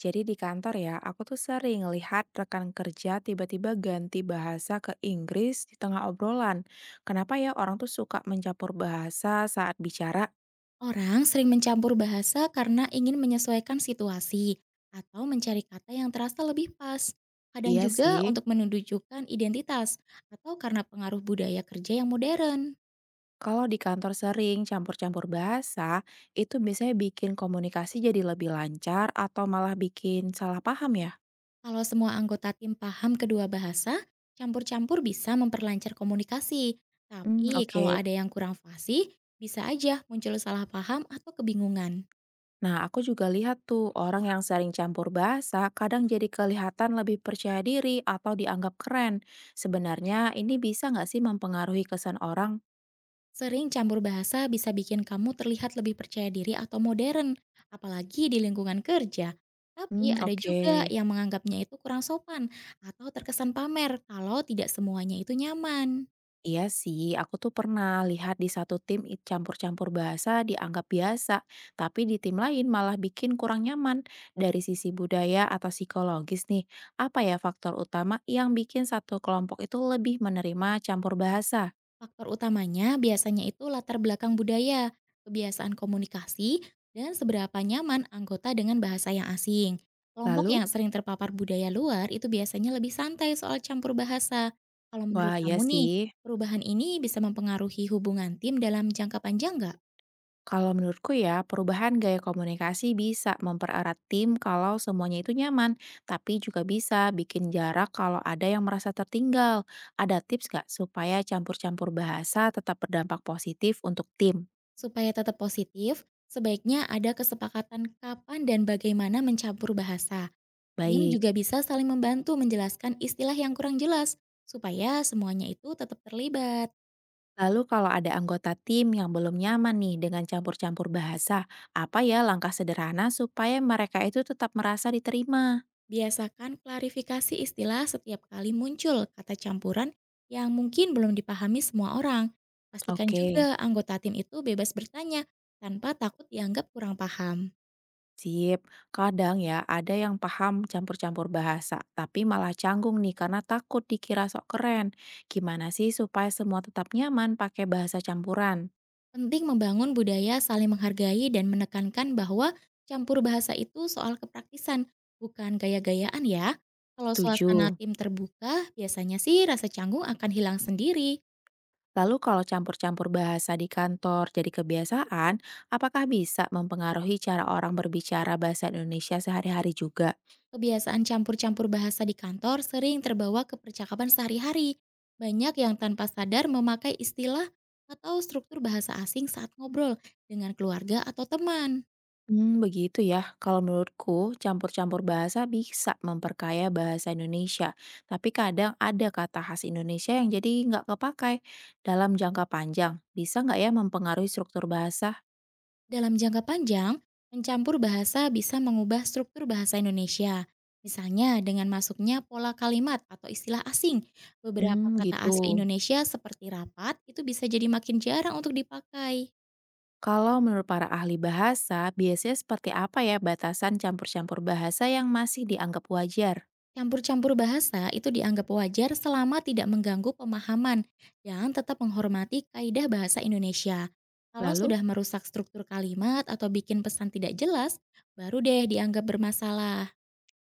Jadi di kantor ya, aku tuh sering lihat rekan kerja tiba-tiba ganti bahasa ke Inggris di tengah obrolan. Kenapa ya orang tuh suka mencampur bahasa saat bicara? Orang sering mencampur bahasa karena ingin menyesuaikan situasi atau mencari kata yang terasa lebih pas. Kadang Iya juga sih, untuk menunjukkan identitas atau karena pengaruh budaya kerja yang modern. kalau di kantor sering campur-campur bahasa, itu biasanya bikin komunikasi jadi lebih lancar atau malah bikin salah paham ya? Kalau semua anggota tim paham kedua bahasa, campur-campur bisa memperlancar komunikasi. Hmm, Tapi kalau oke. ada yang kurang fasih, bisa aja muncul salah paham atau kebingungan. Nah, aku juga lihat tuh orang yang sering campur bahasa kadang jadi kelihatan lebih percaya diri atau dianggap keren. Sebenarnya ini bisa nggak sih mempengaruhi kesan orang? Sering campur bahasa bisa bikin kamu terlihat lebih percaya diri atau modern, apalagi di lingkungan kerja. Tapi Hmm, ada juga oke. yang menganggapnya itu kurang sopan atau terkesan pamer kalau tidak semuanya itu nyaman. Iya sih, aku tuh pernah lihat di satu campur-campur bahasa dianggap biasa, tapi di tim lain malah bikin kurang nyaman. Dari sisi budaya atau psikologis nih, apa ya faktor utama yang bikin satu kelompok itu lebih menerima campur bahasa? Faktor utamanya biasanya itu latar belakang budaya, kebiasaan komunikasi, dan seberapa nyaman anggota dengan bahasa yang asing. Kelompok yang Lalu, sering terpapar budaya luar itu biasanya lebih santai soal campur bahasa. Kalau menurut wah iya kamu nih, sih. perubahan ini bisa mempengaruhi hubungan tim dalam jangka panjang nggak? Kalau menurutku ya, perubahan gaya komunikasi bisa mempererat tim kalau semuanya itu nyaman, tapi juga bisa bikin jarak kalau ada yang merasa tertinggal. Ada tips nggak supaya campur-campur bahasa tetap berdampak positif untuk tim? Supaya tetap positif, sebaiknya ada kesepakatan kapan dan bagaimana mencampur bahasa. Tim Baik. juga bisa saling membantu menjelaskan istilah yang kurang jelas, supaya semuanya itu tetap terlibat. Lalu kalau ada anggota tim yang belum nyaman nih dengan campur-campur bahasa, apa ya langkah sederhana supaya mereka itu tetap merasa diterima? Biasakan klarifikasi istilah setiap kali muncul kata campuran yang mungkin belum dipahami semua orang. Pastikan Oke. juga anggota tim itu bebas bertanya tanpa takut dianggap kurang paham. Sip, kadang ya ada yang paham campur-campur bahasa, tapi malah canggung nih karena takut dikira sok keren. Gimana sih supaya semua tetap nyaman pakai bahasa campuran? Penting membangun budaya saling menghargai dan menekankan bahwa campur bahasa itu soal kepraktisan, bukan gaya-gayaan ya. Kalau suasana Setuju. tim terbuka, biasanya sih rasa canggung akan hilang sendiri. Lalu kalau campur-campur bahasa di kantor jadi kebiasaan, apakah bisa mempengaruhi cara orang berbicara bahasa Indonesia sehari-hari juga? Kebiasaan campur-campur bahasa di kantor sering terbawa ke percakapan sehari-hari. Banyak yang tanpa sadar memakai istilah atau struktur bahasa asing saat ngobrol dengan keluarga atau teman. Hmm, begitu ya. Kalau menurutku, campur-campur bahasa bisa memperkaya bahasa Indonesia. Tapi kadang ada kata khas Indonesia yang jadi nggak kepakai. Dalam jangka panjang, bisa nggak ya mempengaruhi struktur bahasa? Dalam jangka panjang, mencampur bahasa bisa mengubah struktur bahasa Indonesia. Misalnya dengan masuknya pola kalimat atau istilah asing, beberapa Hmm, kata gitu. asli Indonesia seperti rapat itu bisa jadi makin jarang untuk dipakai. Kalau menurut para ahli bahasa, biasanya seperti apa ya batasan campur-campur bahasa yang masih dianggap wajar? Campur-campur bahasa itu dianggap wajar selama tidak mengganggu pemahaman dan tetap menghormati kaidah bahasa Indonesia. Kalau sudah Lalu? merusak struktur kalimat atau bikin pesan tidak jelas, baru deh dianggap bermasalah.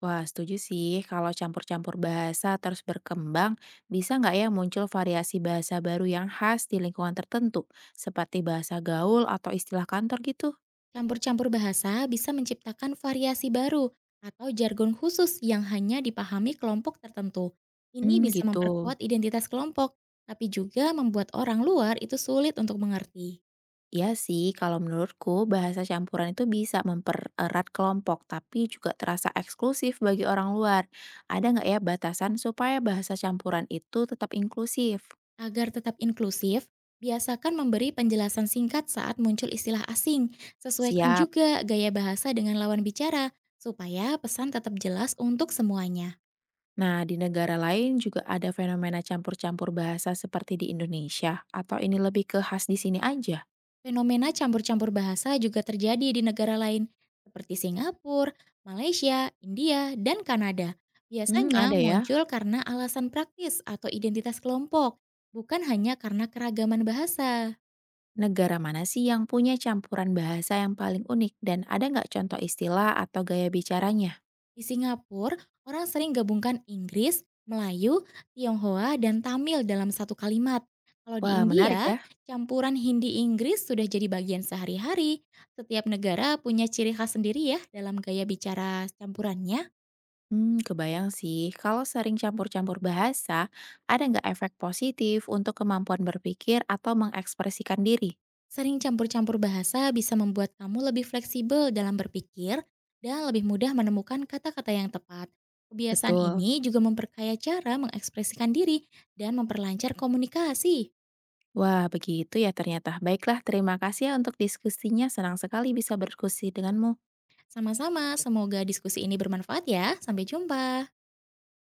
Wah, setuju sih. Kalau campur-campur bahasa terus berkembang, bisa nggak ya muncul variasi bahasa baru yang khas di lingkungan tertentu, seperti bahasa gaul atau istilah kantor gitu? Campur-campur bahasa bisa menciptakan variasi baru atau jargon khusus yang hanya dipahami kelompok tertentu. Ini Hmm, bisa gitu. memperkuat identitas kelompok, tapi juga membuat orang luar itu sulit untuk mengerti. Ya sih, kalau menurutku bahasa campuran itu bisa mempererat kelompok, tapi juga terasa eksklusif bagi orang luar. Ada nggak ya batasan supaya bahasa campuran itu tetap inklusif? Agar tetap inklusif, biasakan memberi penjelasan singkat saat muncul istilah asing. Sesuaikan Siap. juga gaya bahasa dengan lawan bicara, supaya pesan tetap jelas untuk semuanya. Nah, di negara lain juga ada fenomena campur-campur bahasa seperti di Indonesia, atau ini lebih ke khas di sini aja? Fenomena campur-campur bahasa juga terjadi di negara lain, seperti Singapura, Malaysia, India, dan Kanada. Hmm, Biasanya ada ya. muncul karena alasan praktis atau identitas kelompok, bukan hanya karena keragaman bahasa. Negara mana sih yang punya campuran bahasa yang paling unik dan ada nggak contoh istilah atau gaya bicaranya? Di Singapura, orang sering gabungkan Inggris, Melayu, Tionghoa, dan Tamil dalam satu kalimat. Kalau di Wah, menarik India, ya. campuran Hindi-Inggris sudah jadi bagian sehari-hari. Setiap negara punya ciri khas sendiri ya dalam gaya bicara campurannya. Hmm, kebayang sih, kalau sering campur-campur bahasa, ada nggak efek positif untuk kemampuan berpikir atau mengekspresikan diri? Sering campur-campur bahasa bisa membuat kamu lebih fleksibel dalam berpikir dan lebih mudah menemukan kata-kata yang tepat. Kebiasaan Betul. ini juga memperkaya cara mengekspresikan diri dan memperlancar komunikasi. Wah, begitu ya ternyata. Baiklah, terima kasih ya untuk diskusinya. Senang sekali bisa berdiskusi denganmu. Sama-sama, semoga diskusi ini bermanfaat ya. Sampai jumpa.